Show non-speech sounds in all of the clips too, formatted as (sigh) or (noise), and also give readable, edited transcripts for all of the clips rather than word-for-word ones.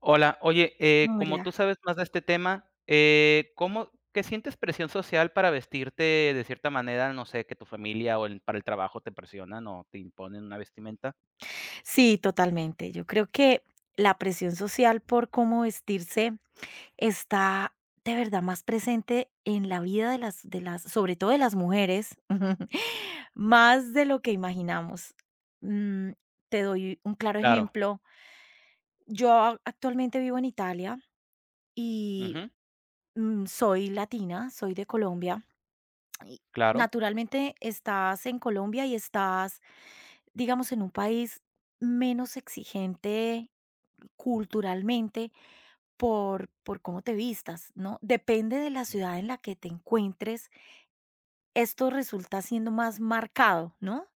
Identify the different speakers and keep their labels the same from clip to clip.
Speaker 1: Hola, oye, como
Speaker 2: Hola.
Speaker 1: tú sabes más de este tema, ¿cómo qué sientes presión social para vestirte de cierta manera? No sé, que tu familia o el para el trabajo te presionan o te imponen una vestimenta.
Speaker 2: Sí, totalmente. Yo creo que la presión social por cómo vestirse está de verdad más presente en la vida de las sobre todo de las mujeres, (laughs) más de lo que imaginamos. Mm, te doy un claro
Speaker 1: Claro.
Speaker 2: ejemplo. Yo a actualmente vivo en Italia y,
Speaker 1: Ujú.
Speaker 2: soy latina, soy de Colombia y
Speaker 1: Claro.
Speaker 2: naturalmente estás en Colombia y estás digamos, en un país menos exigente culturalmente por cómo te vistas, ¿no? Depende de la ciudad en la que te encuentres, esto resulta siendo más marcado, ¿no?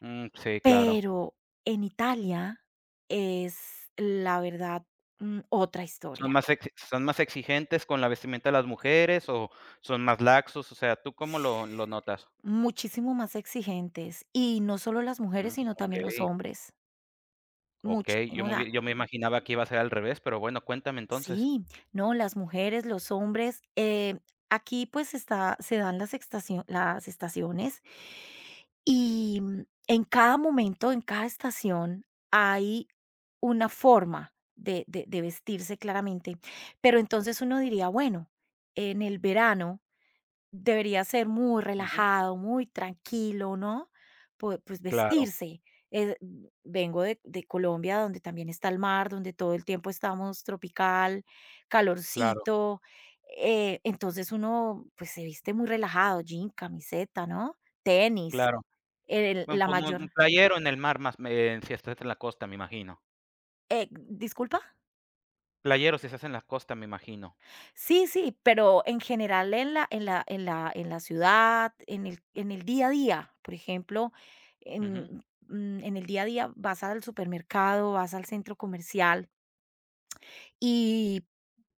Speaker 1: Mm, sí, claro.
Speaker 2: Pero en Italia es, la verdad, otra historia.
Speaker 1: Son más exigentes con la vestimenta de las mujeres o son más laxos? O sea, ¿tú cómo lo notas?
Speaker 2: Muchísimo más exigentes y no solo las mujeres,
Speaker 1: Mm,
Speaker 2: sino también los
Speaker 1: okey,
Speaker 2: hombres.
Speaker 1: okey,
Speaker 2: Muchísimo.
Speaker 1: yo me imaginaba que iba a ser al revés, pero bueno, cuéntame entonces.
Speaker 2: Sí, no, las mujeres, los hombres, aquí pues está, se dan las, las estaciones y en cada momento, en cada estación, hay una forma de, de vestirse claramente. Pero entonces uno diría, bueno, en el verano debería ser muy
Speaker 1: Ujú.
Speaker 2: relajado, muy tranquilo, ¿no? Pues,
Speaker 1: Claro,
Speaker 2: vestirse. Eh, vengo de Colombia, donde también está el mar, donde todo el tiempo estamos tropical,
Speaker 1: claro,
Speaker 2: calorcito, entonces uno, pues, se viste muy relajado, jean, camiseta, ¿no? Tenis,
Speaker 1: claro.
Speaker 2: el
Speaker 1: Bueno,
Speaker 2: la
Speaker 1: pues no, un
Speaker 2: mayor
Speaker 1: playero en el mar más, si estás en la costa, me imagino.
Speaker 2: ¿disculpa?
Speaker 1: Playero si estás en la costa, me imagino.
Speaker 2: Sí, sí, pero en general en la ciudad, en el día a día, por ejemplo,
Speaker 1: Ujú,
Speaker 2: en, en el día a día vas al supermercado, vas al centro comercial y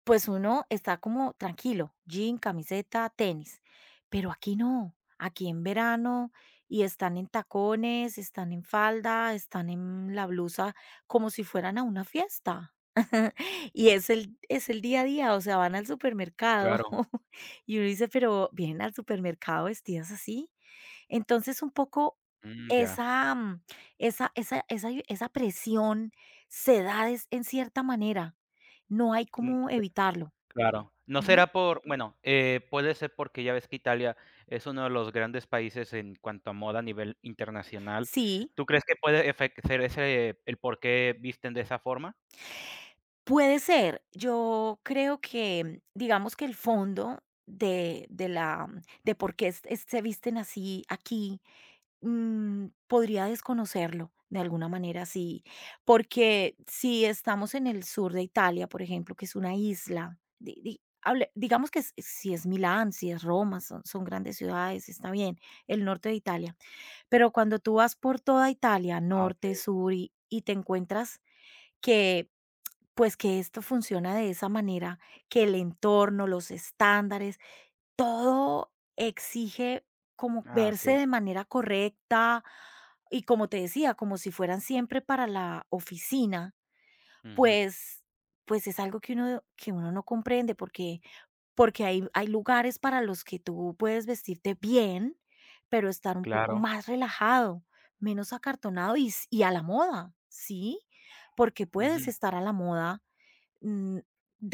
Speaker 2: pues uno está como tranquilo, jean, camiseta, tenis, pero aquí no, aquí en verano y están en tacones, están en falda, están en la blusa como si fueran a una fiesta. (laughs) Y es el día a día, o sea, van al supermercado
Speaker 1: claro.
Speaker 2: (laughs) y uno dice, pero vienen al supermercado vestidas así. Entonces, un poco
Speaker 1: Mm, ya.
Speaker 2: esa, esa presión se da es en cierta manera, no hay
Speaker 1: Mm,
Speaker 2: cómo evitarlo.
Speaker 1: claro. No
Speaker 2: Ujú.
Speaker 1: será por bueno, puede ser porque ya ves que Italia es uno de los grandes países en cuanto a moda a nivel internacional.
Speaker 2: Sí,
Speaker 1: ¿Tú crees que puede efe ser ese el por qué visten de esa forma?
Speaker 2: puede ser. Yo creo que, digamos que el fondo de la de por qué es se visten así aquí, podría desconocerlo de alguna manera, sí, porque si estamos en el sur de Italia, por ejemplo, que es una isla, di di hable digamos que s si es Milán, si es Roma, son grandes ciudades, está bien, el norte de Italia, pero cuando tú vas por toda Italia,
Speaker 1: Ah,
Speaker 2: norte,
Speaker 1: okey.
Speaker 2: sur, y te encuentras que pues que esto funciona de esa manera, que el entorno, los estándares, todo exige como
Speaker 1: Ah,
Speaker 2: verse
Speaker 1: okey.
Speaker 2: de manera correcta y como te decía, como si fueran siempre para la oficina,
Speaker 1: Ujú,
Speaker 2: pues pues es algo que uno no comprende porque porque hay lugares para los que tú puedes vestirte bien, pero estar un poco
Speaker 1: claro.
Speaker 2: más relajado, menos acartonado y s y a la moda, ¿sí? Porque puedes
Speaker 1: Ujú,
Speaker 2: estar a la moda. Mm,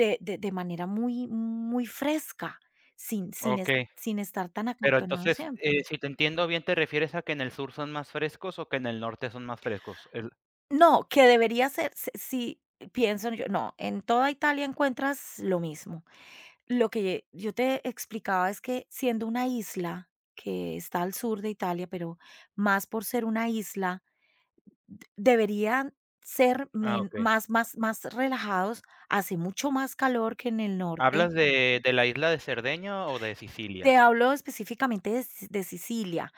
Speaker 2: de manera muy fresca, sin sin es
Speaker 1: okey.
Speaker 2: sin estar tan
Speaker 1: Pero
Speaker 2: acartonado
Speaker 1: entonces,
Speaker 2: siempre.
Speaker 1: si te entiendo bien, ¿te refieres a que en el sur son más frescos o que en el norte son más frescos? Es
Speaker 2: No, que debería ser, si sí, pienso yo, no, en toda Italia encuentras lo mismo. Lo que yo te explicaba es que siendo una isla que está al sur de Italia, pero más por ser una isla, de deberían ser
Speaker 1: Ah,
Speaker 2: men
Speaker 1: okey.
Speaker 2: más relajados, hace mucho más calor que en el norte.
Speaker 1: ¿Hablas de la isla de Cerdeña o de
Speaker 2: Te
Speaker 1: Sicilia?
Speaker 2: hablo específicamente de Si de Sicilia.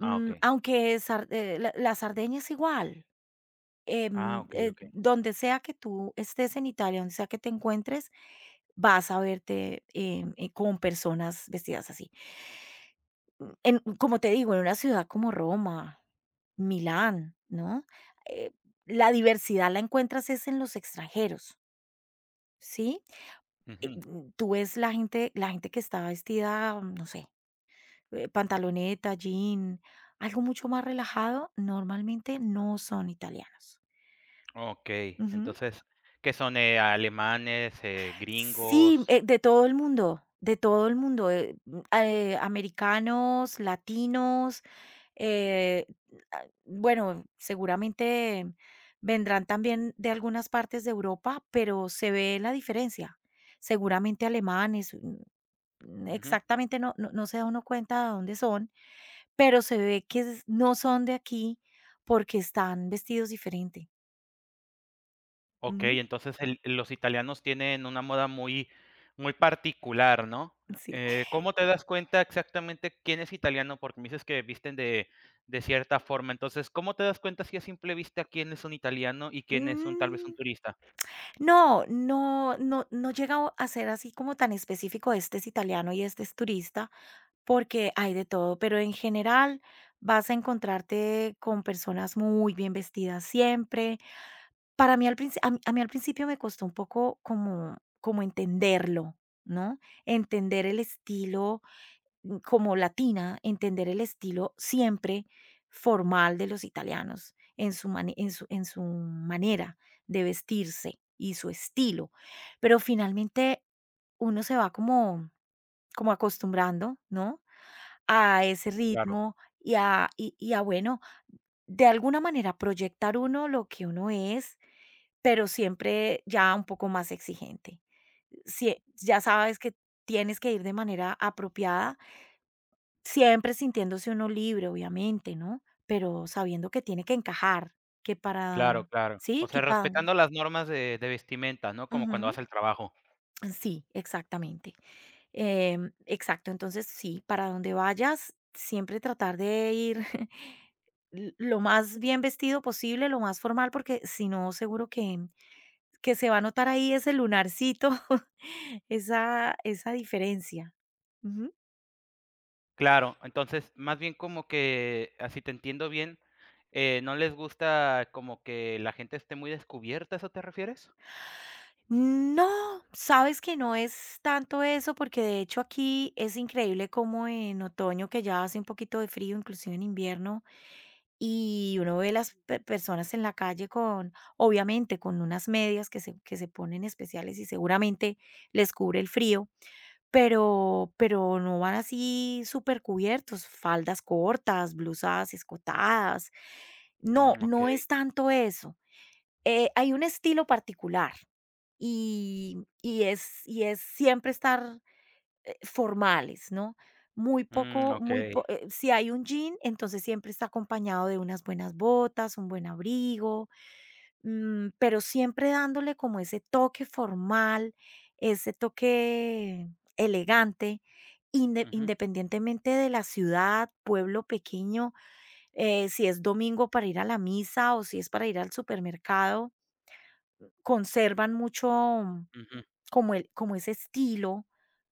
Speaker 1: Ah, okey.
Speaker 2: Aunque sar la Sardeña es igual,
Speaker 1: Ah, okey, okey.
Speaker 2: donde sea que tú estés en Italia, donde sea que te encuentres, vas a verte, con personas vestidas así. En como te digo, en una ciudad como Roma, Milán, ¿no? Eh, la diversidad la encuentras es en los extranjeros, ¿sí?
Speaker 1: Ujú.
Speaker 2: Tú ves la gente que está vestida, no sé, pantaloneta, jean, algo mucho más relajado, normalmente no son italianos.
Speaker 1: Okey.
Speaker 2: Ujú.
Speaker 1: Entonces, ¿qué son, alemanes,
Speaker 2: Sí,
Speaker 1: gringos?
Speaker 2: de todo el mundo, americanos, latinos, eh, bueno, seguramente vendrán también de algunas partes de Europa, pero se ve la diferencia. Seguramente alemanes,
Speaker 1: Ujú.
Speaker 2: exactamente no, no se da uno cuenta de dónde son, pero se ve que s no son de aquí porque están vestidos diferente. Ujú,
Speaker 1: Okey, entonces el los italianos tienen una moda muy particular, ¿no?
Speaker 2: sí.
Speaker 1: ¿Cómo te das cuenta exactamente quién es italiano? Porque me dices que visten de cierta forma. Entonces, ¿cómo te das cuenta si a simple vista quién es un italiano y quién es un, tal vez, un
Speaker 2: Mm.
Speaker 1: turista?
Speaker 2: No, no llega o a ser así como tan específico, este es italiano y este es turista, porque hay de todo, pero en general vas a encontrarte con personas muy bien vestidas siempre. Para mí al principio, a mí al principio me costó un poco como entenderlo, ¿no? Entender el estilo como latina, entender el estilo siempre formal de los italianos en su, en su, en su manera de vestirse y su estilo. Pero finalmente uno se va como, como acostumbrando, ¿no? A ese
Speaker 1: Claro.
Speaker 2: ritmo y a, y, y a, bueno, de alguna manera proyectar uno lo que uno es, pero siempre ya un poco más exigente. Ya sabes que tienes que ir de manera apropiada. Siempre sintiéndose uno libre, obviamente, ¿no? Pero sabiendo que tiene que encajar, que
Speaker 1: Claro,
Speaker 2: para
Speaker 1: claro. O
Speaker 2: sí, que
Speaker 1: sea,
Speaker 2: para
Speaker 1: respetando las normas de vestimenta, ¿no? Como cuando
Speaker 2: ujú,
Speaker 1: vas al trabajo.
Speaker 2: sí, exactamente. Exacto, entonces sí, para donde vayas, siempre tratar de ir (laughs) l lo más bien vestido posible, lo más formal, porque si no, seguro que se va a notar ahí ese lunarcito, (laughs) esa esa diferencia. Ujú.
Speaker 1: Claro, entonces más bien como que, así te entiendo bien, ¿no les gusta como que la gente esté muy descubierta, a eso te refieres?
Speaker 2: No, sabes que no es tanto eso, porque de hecho aquí es increíble como en otoño, que ya hace un poquito de frío, inclusive en invierno, y uno ve las personas en la calle con, obviamente, con unas medias que se ponen especiales y seguramente les cubre el frío, pero no van así súper cubiertos, faldas cortas, blusas escotadas. No,
Speaker 1: Mm,
Speaker 2: no
Speaker 1: okey,
Speaker 2: es tanto eso. Hay un estilo particular y es y es siempre estar, formales, ¿no? Muy
Speaker 1: mm,
Speaker 2: poco, muy
Speaker 1: okey.
Speaker 2: po si hay un jean, entonces siempre está acompañado de unas buenas botas, un buen abrigo, pero siempre dándole como ese toque formal, ese toque elegante,
Speaker 1: Ujú,
Speaker 2: independientemente de la ciudad, pueblo pequeño, si es domingo para ir a la misa o si es para ir al supermercado, conservan mucho
Speaker 1: ujú.
Speaker 2: como el como ese estilo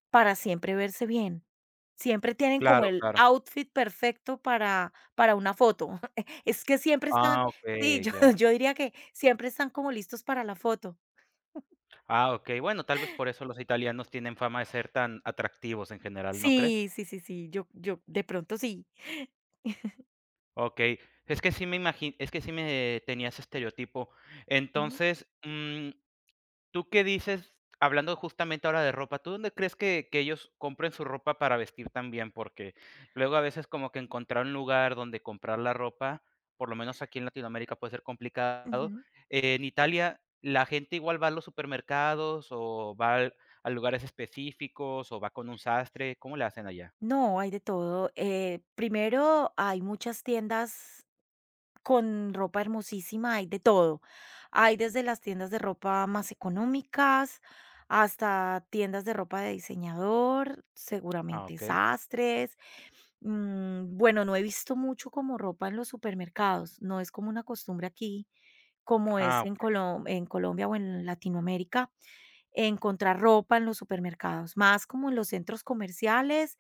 Speaker 2: para siempre verse bien. Siempre tienen como
Speaker 1: Claro,
Speaker 2: el
Speaker 1: claro.
Speaker 2: outfit perfecto para una foto. (laughs) Es que siempre están
Speaker 1: Ah,
Speaker 2: sí,
Speaker 1: okey,
Speaker 2: yo
Speaker 1: ya.
Speaker 2: (laughs) yo diría que siempre están como listos para la foto.
Speaker 1: Ah, okey. Bueno, tal vez por eso los italianos tienen fama de ser tan atractivos en general, ¿no crees?
Speaker 2: Sí, sí, sí, sí, yo de pronto sí.
Speaker 1: Okey. Es que sí me tenías estereotipo.
Speaker 2: Ujú,
Speaker 1: Entonces, mm, ¿tú qué dices? Hablando justamente ahora de ropa, ¿tú dónde crees que ellos compren su ropa para vestir también? Porque luego a veces como que encontrar un lugar donde comprar la ropa, por lo menos aquí en Latinoamérica puede ser complicado.
Speaker 2: ujú.
Speaker 1: En Italia, la gente igual va a los supermercados o va al a lugares específicos o va con un sastre, ¿cómo le hacen allá?
Speaker 2: No, hay de todo. Primero, hay muchas tiendas con ropa hermosísima, hay de todo. Hay desde las tiendas de ropa más económicas hasta tiendas de ropa de diseñador,
Speaker 1: Ah,
Speaker 2: seguramente
Speaker 1: ¿ok?
Speaker 2: sastres. Bueno, no he visto mucho como ropa en los supermercados, no es como una costumbre aquí, como
Speaker 1: Ah,
Speaker 2: es en
Speaker 1: ¿ok?
Speaker 2: En Colombia o en Latinoamérica, encontrar ropa en los supermercados, más como en los centros comerciales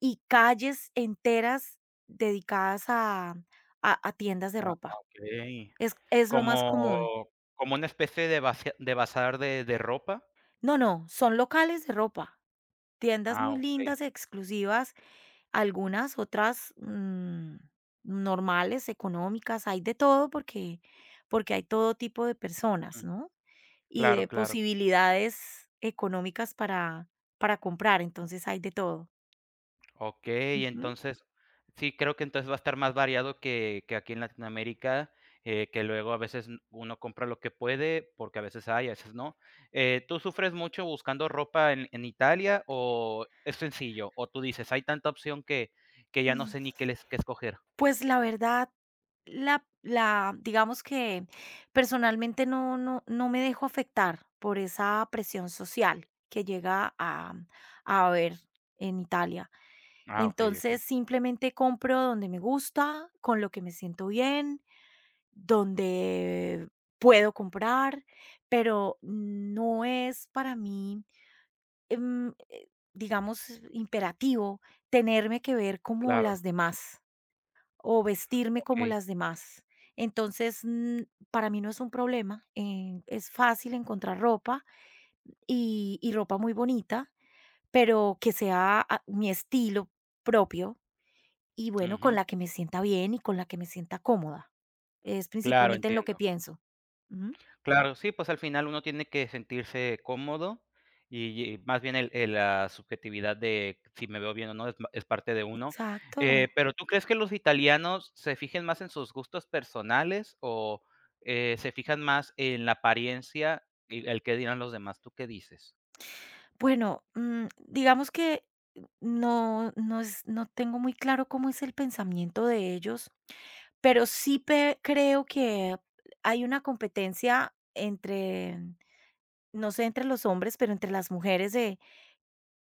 Speaker 2: y calles enteras dedicadas a tiendas de
Speaker 1: Ah, ah,
Speaker 2: ropa.
Speaker 1: okey.
Speaker 2: Es lo más común.
Speaker 1: ¿Como como una especie de bazar de ropa?
Speaker 2: No, no, son locales de ropa, tiendas
Speaker 1: Ah,
Speaker 2: muy
Speaker 1: ¿ok?
Speaker 2: lindas, exclusivas, algunas, otras, normales, económicas, hay de todo porque porque hay todo tipo de personas,
Speaker 1: Mm,
Speaker 2: ¿no? Y de
Speaker 1: claro, claro.
Speaker 2: posibilidades económicas para comprar, entonces hay de todo.
Speaker 1: Okey, entonces, sí, creo que entonces va a estar más variado que aquí en Latinoamérica, que luego a veces n uno compra lo que puede, porque a veces hay, a veces no. ¿Tú sufres mucho buscando ropa en Italia o es sencillo? O tú dices: "Hay tanta opción que ya no sé
Speaker 2: Ujú.
Speaker 1: ni qué les qué escoger".
Speaker 2: Pues la verdad, la digamos que personalmente no me dejo afectar por esa presión social que llega a haber en Italia.
Speaker 1: Ah, okey,
Speaker 2: Entonces,
Speaker 1: okey.
Speaker 2: simplemente compro donde me gusta, con lo que me siento bien, donde puedo comprar, pero no es para mí, em, eh, digamos, imperativo tenerme que ver como las
Speaker 1: Claro,
Speaker 2: demás o vestirme como
Speaker 1: okey.
Speaker 2: las demás. Entonces, para mí no es un problema, es fácil encontrar ropa y ropa muy bonita, pero que sea mi estilo propio y bueno, con
Speaker 1: Ujú.
Speaker 2: la que me sienta bien y con la que me sienta cómoda. Es
Speaker 1: Claro,
Speaker 2: principalmente en lo que
Speaker 1: entiendo.
Speaker 2: pienso. Ujú.
Speaker 1: Claro, sí, pues al final uno tiene que sentirse cómodo y más bien la subjetividad de si me veo bien o no es, es parte de uno.
Speaker 2: Exacto.
Speaker 1: Pero ¿tú crees que los italianos se fijen más en sus gustos personales o se fijan más en la apariencia y el que dirán los demás? ¿Tú qué dices?
Speaker 2: Bueno, digamos que no, no, no tengo muy claro cómo es el pensamiento de ellos. Pero sí pe creo que hay una competencia entre, no sé, entre los hombres, pero entre las mujeres de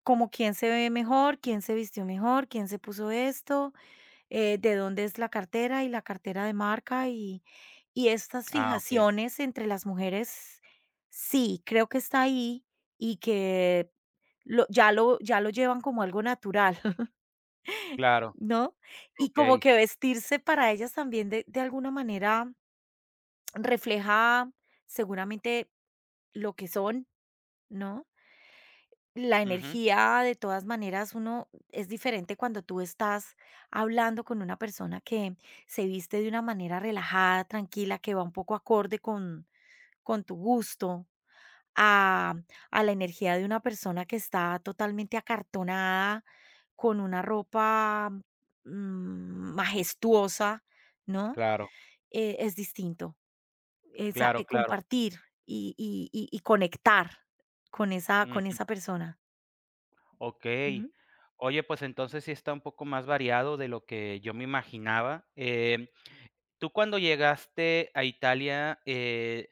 Speaker 2: como quién se ve mejor, quién se vistió mejor, quién se puso esto, de dónde es la cartera y la cartera de marca y estas
Speaker 1: Ah, ok,
Speaker 2: fijaciones entre las mujeres, sí, creo que está ahí y que lo ya lo ya lo llevan como algo natural, (laughs)
Speaker 1: claro,
Speaker 2: ¿no? Y como
Speaker 1: ok,
Speaker 2: que vestirse para ellas también de alguna manera refleja seguramente lo que son, ¿no? La
Speaker 1: ujú,
Speaker 2: energía, de todas maneras, uno es diferente cuando tú estás hablando con una persona que se viste de una manera relajada, tranquila, que va un poco acorde con tu gusto, a, a la energía de una persona que está totalmente acartonada, con una ropa majestuosa, ¿no?
Speaker 1: claro,
Speaker 2: Es distinto. Esa
Speaker 1: claro, claro.
Speaker 2: compartir y conectar con
Speaker 1: Ujú.
Speaker 2: esa persona.
Speaker 1: Ok.
Speaker 2: Ujú. (laughs)
Speaker 1: Oye, pues entonces sí está un poco más variado de lo que yo me imaginaba. Em, tú cuando llegaste a Italia,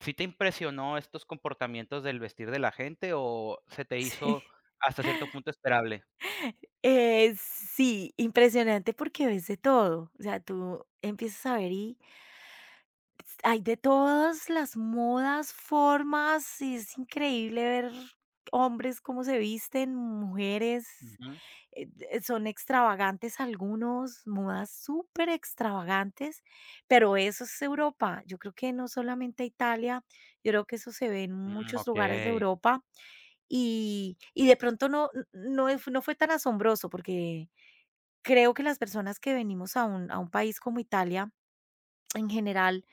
Speaker 1: ¿sí te impresionó estos comportamientos del vestir de la gente o se te hizo
Speaker 2: Sí.
Speaker 1: hasta cierto punto esperable?
Speaker 2: Sí, impresionante porque ves de todo. O sea, tú empiezas a ver y hay de todas las modas, formas, y es increíble ver hombres cómo se visten, mujeres,
Speaker 1: Ujú.
Speaker 2: d son extravagantes algunos, modas súper extravagantes pero eso es Europa. Yo creo que no solamente Italia, yo creo que eso se ve en
Speaker 1: Mm,
Speaker 2: muchos lugares de
Speaker 1: okey,
Speaker 2: Europa, y de pronto no fue tan asombroso, porque creo que las personas que venimos a un país como Italia, en general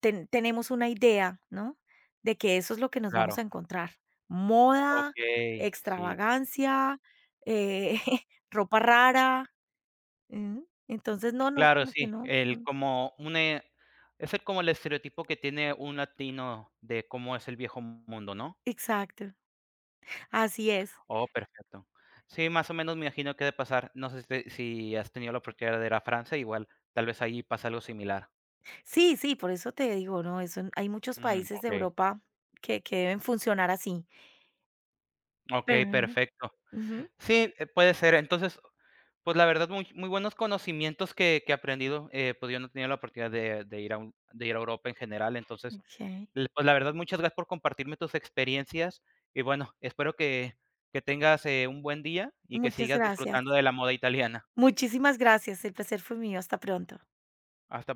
Speaker 2: tenemos una idea, ¿no? De que eso es lo que nos vamos
Speaker 1: claro,
Speaker 2: a encontrar. Moda,
Speaker 1: okey, sí.
Speaker 2: extravagancia, eh, (laughs) ropa rara. ¿M? Entonces, no, no,
Speaker 1: Claro,
Speaker 2: como que
Speaker 1: sí,
Speaker 2: no.
Speaker 1: el como una es el como el estereotipo que tiene un latino de cómo es el viejo mundo, ¿no?
Speaker 2: Exacto, así es.
Speaker 1: Oh, perfecto. Sí, más o menos me imagino qué de pasar. No sé si te si has tenido la oportunidad de ir a Francia, igual, tal vez ahí pasa algo similar.
Speaker 2: Sí, sí, por eso te digo, ¿no? Eso, hay muchos
Speaker 1: Mm,
Speaker 2: países de
Speaker 1: okey.
Speaker 2: Europa que deben funcionar así. Pero
Speaker 1: Okey,
Speaker 2: bueno,
Speaker 1: perfecto.
Speaker 2: ujú,
Speaker 1: Sí, puede ser. Entonces, pues la verdad, muy muy buenos conocimientos que he aprendido, pues yo no tenía la oportunidad de ir a Europa en general. Entonces,
Speaker 2: ok.
Speaker 1: l pues la verdad, muchas gracias por compartirme tus experiencias y bueno, espero que tengas, un buen día y que
Speaker 2: Muchas
Speaker 1: sigas
Speaker 2: gracias.
Speaker 1: disfrutando de la moda italiana.
Speaker 2: Muchísimas gracias. El placer fue mío. Hasta pronto.
Speaker 1: Hasta